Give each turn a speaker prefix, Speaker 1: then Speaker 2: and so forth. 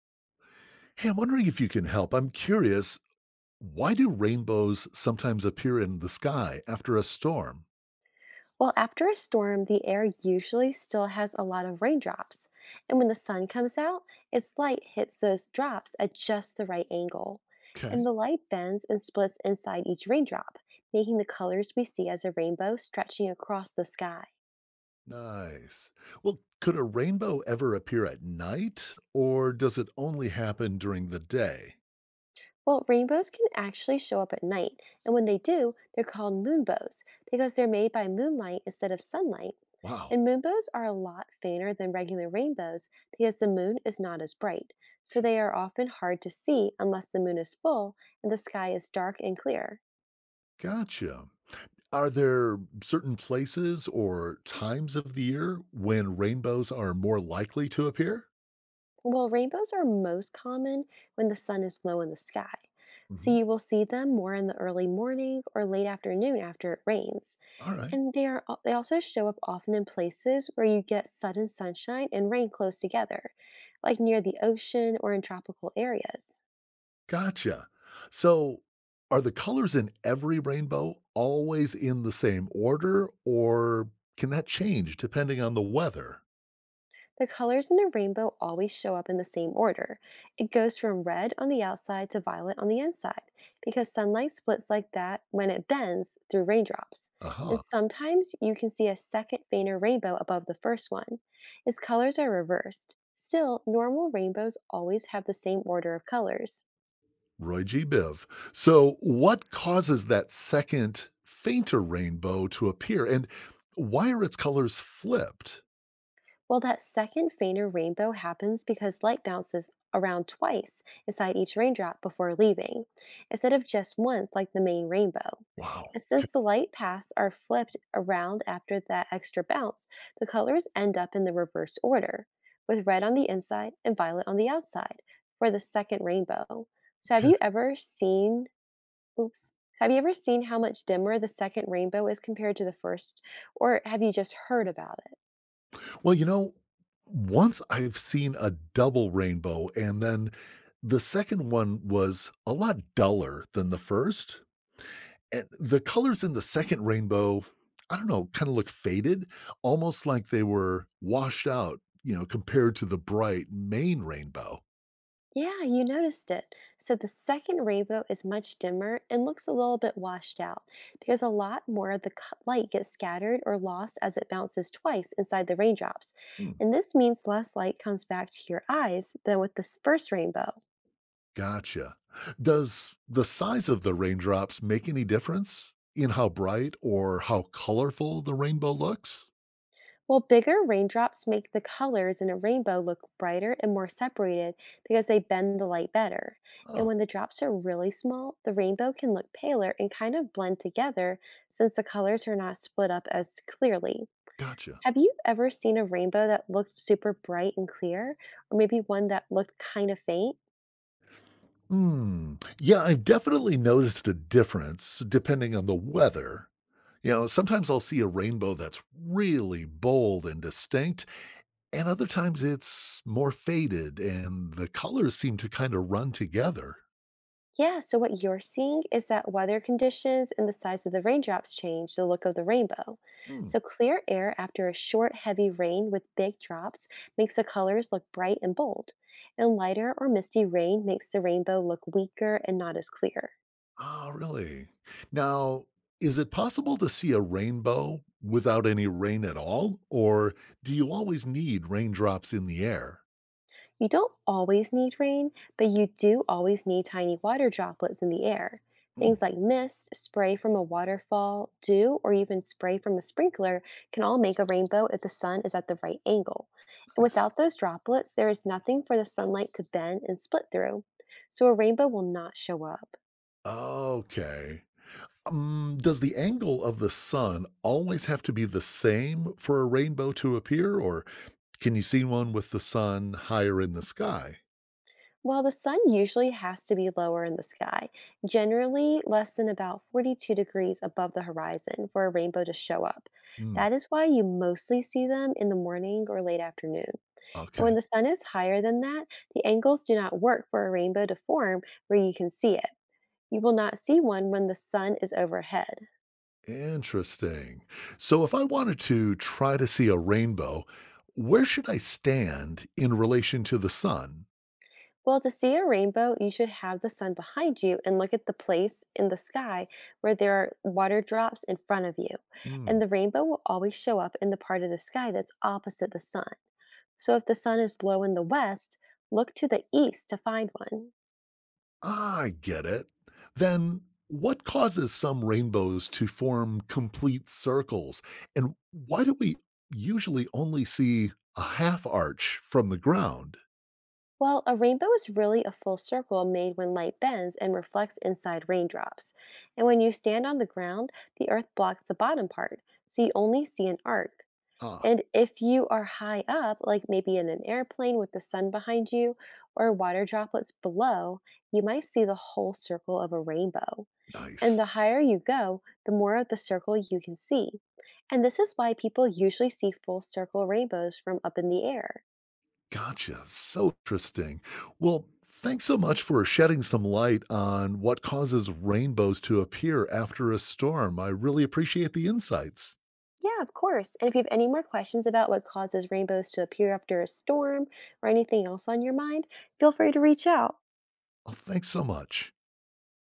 Speaker 1: Hey, I'm wondering if you can help. I'm curious, why do rainbows sometimes appear in the sky after a storm?
Speaker 2: Well, after a storm, the air usually still has a lot of raindrops, and when the sun comes out, its light hits those drops at just the right angle.
Speaker 1: Okay,
Speaker 2: And the light bends and splits inside each raindrop, making the colors we see as a rainbow stretching across the sky.
Speaker 1: nice. Well, could a rainbow ever appear at night, or does it only happen during the day?
Speaker 2: Well, rainbows can actually show up at night, and when they do, they're called moonbows because they're made by moonlight instead of sunlight.
Speaker 1: Wow,
Speaker 2: And moonbows are a lot fainter than regular rainbows because the moon is not as bright, so they are often hard to see unless the moon is full and the sky is dark and clear.
Speaker 1: gotcha. Are there certain places or times of the year when rainbows are more likely to appear?
Speaker 2: Well, rainbows are most common when the sun is low in the sky, so
Speaker 1: Mhm.
Speaker 2: you will see them more in the early morning or late afternoon after it rains.
Speaker 1: All right.
Speaker 2: And they also show up often in places where you get sudden sunshine and rain close together, like near the ocean or in tropical areas.
Speaker 1: Gotcha. So, are the colors in every rainbow always in the same order, or can that change depending on the weather?
Speaker 2: The colors in a rainbow always show up in the same order. It goes from red on the outside to violet on the inside because sunlight splits like that when it bends through raindrops. And
Speaker 1: Aha,
Speaker 2: sometimes you can see a second fainter rainbow above the first one. Its colors are reversed. Still, normal rainbows always have the same order of colors.
Speaker 1: Roy G. Biv. So, what causes that second, fainter rainbow to appear, and why are its colors flipped?
Speaker 2: Well, that second fainter rainbow happens because light bounces around twice inside each raindrop before leaving, instead of just once like the main rainbow.
Speaker 1: Wow.
Speaker 2: And
Speaker 1: Okay,
Speaker 2: since the light paths are flipped around after that extra bounce, the colors end up in the reverse order, with red on the inside and violet on the outside for the second rainbow. So have
Speaker 1: okay.
Speaker 2: you ever seen oops, have you ever seen how much dimmer the second rainbow is compared to the first, or have you just heard about it?
Speaker 1: Well, you know, Once I've seen a double rainbow, and then the second one was a lot duller than the first. And the colors in the second rainbow, I don't know, kind of look faded, almost like they were washed out, compared to the bright main rainbow.
Speaker 2: Yeah, you noticed it. So the second rainbow is much dimmer and looks a little bit washed out because a lot more of the light gets scattered or lost as it bounces twice inside the raindrops.
Speaker 1: Hmm,
Speaker 2: And this means less light comes back to your eyes than with this first rainbow.
Speaker 1: gotcha. Does the size of the raindrops make any difference in how bright or how colorful the rainbow looks?
Speaker 2: Well, bigger raindrops make the colors in a rainbow look brighter and more separated because they bend the light better. And
Speaker 1: Oh,
Speaker 2: when the drops are really small, the rainbow can look paler and kind of blend together since the colors are not split up as clearly.
Speaker 1: gotcha.
Speaker 2: Have you ever seen a rainbow that looked super bright and clear, or maybe one that looked kind of faint?
Speaker 1: Hmm. Yeah, I've definitely noticed a difference depending on the weather. You know, sometimes I'll see a rainbow that's really bold and distinct, and other times it's more faded and the colors seem to kind of run together.
Speaker 2: Yeah, so what you're seeing is that weather conditions and the size of the raindrops change the look of the rainbow.
Speaker 1: Hmm.
Speaker 2: So, clear air after a short, heavy rain with big drops makes the colors look bright and bold, and lighter or misty rain makes the rainbow look weaker and not as clear.
Speaker 1: Oh, really? Now, is it possible to see a rainbow without any rain at all? Or do you always need raindrops in the air?
Speaker 2: You don't always need rain, but you do always need tiny water droplets in the air.
Speaker 1: Hmm.
Speaker 2: Things like mist, spray from a waterfall, dew, or even spray from a sprinkler can all make a rainbow if the sun is at the right angle. And
Speaker 1: Nice.
Speaker 2: without those droplets, there is nothing for the sunlight to bend and split through, so a rainbow will not show up.
Speaker 1: Okay. Does the angle of the sun always have to be the same for a rainbow to appear, or can you see one with the sun higher in the sky?
Speaker 2: Well, the sun usually has to be lower in the sky, generally less than about 42 degrees above the horizon for a rainbow to show up.
Speaker 1: Hmm.
Speaker 2: That is why you mostly see them in the morning or late afternoon. And when
Speaker 1: Okay.
Speaker 2: the sun is higher than that, the angles do not work for a rainbow to form where you can see it. You will not see one when the sun is overhead.
Speaker 1: Interesting. So if I wanted to try to see a rainbow, where should I stand in relation to the sun?
Speaker 2: Well, to see a rainbow, you should have the sun behind you and look at the place in the sky where there are water drops in front of you. And
Speaker 1: Hmm.
Speaker 2: the rainbow will always show up in the part of the sky that's opposite the sun. So if the sun is low in the west, look to the east to find one.
Speaker 1: Ah, I get it. Then what causes some rainbows to form complete circles? And why do we usually only see a half arch from the ground?
Speaker 2: Well, a rainbow is really a full circle made when light bends and reflects inside raindrops. And when you stand on the ground, the earth blocks the bottom part, so you only see an arc.
Speaker 1: Ah,
Speaker 2: And if you are high up, like maybe in an airplane with the sun behind you or water droplets below, you might see the whole circle of a rainbow. And
Speaker 1: nice.
Speaker 2: the higher you go, the more of the circle you can see. And this is why people usually see full circle rainbows from up in the air.
Speaker 1: Gotcha. So interesting. Well, thanks so much for shedding some light on what causes rainbows to appear after a storm. I really appreciate the insights.
Speaker 2: Yeah, of course. And if you have any more questions about what causes rainbows to appear after a storm or anything else on your mind, feel free to reach out.
Speaker 1: Oh, thanks so much.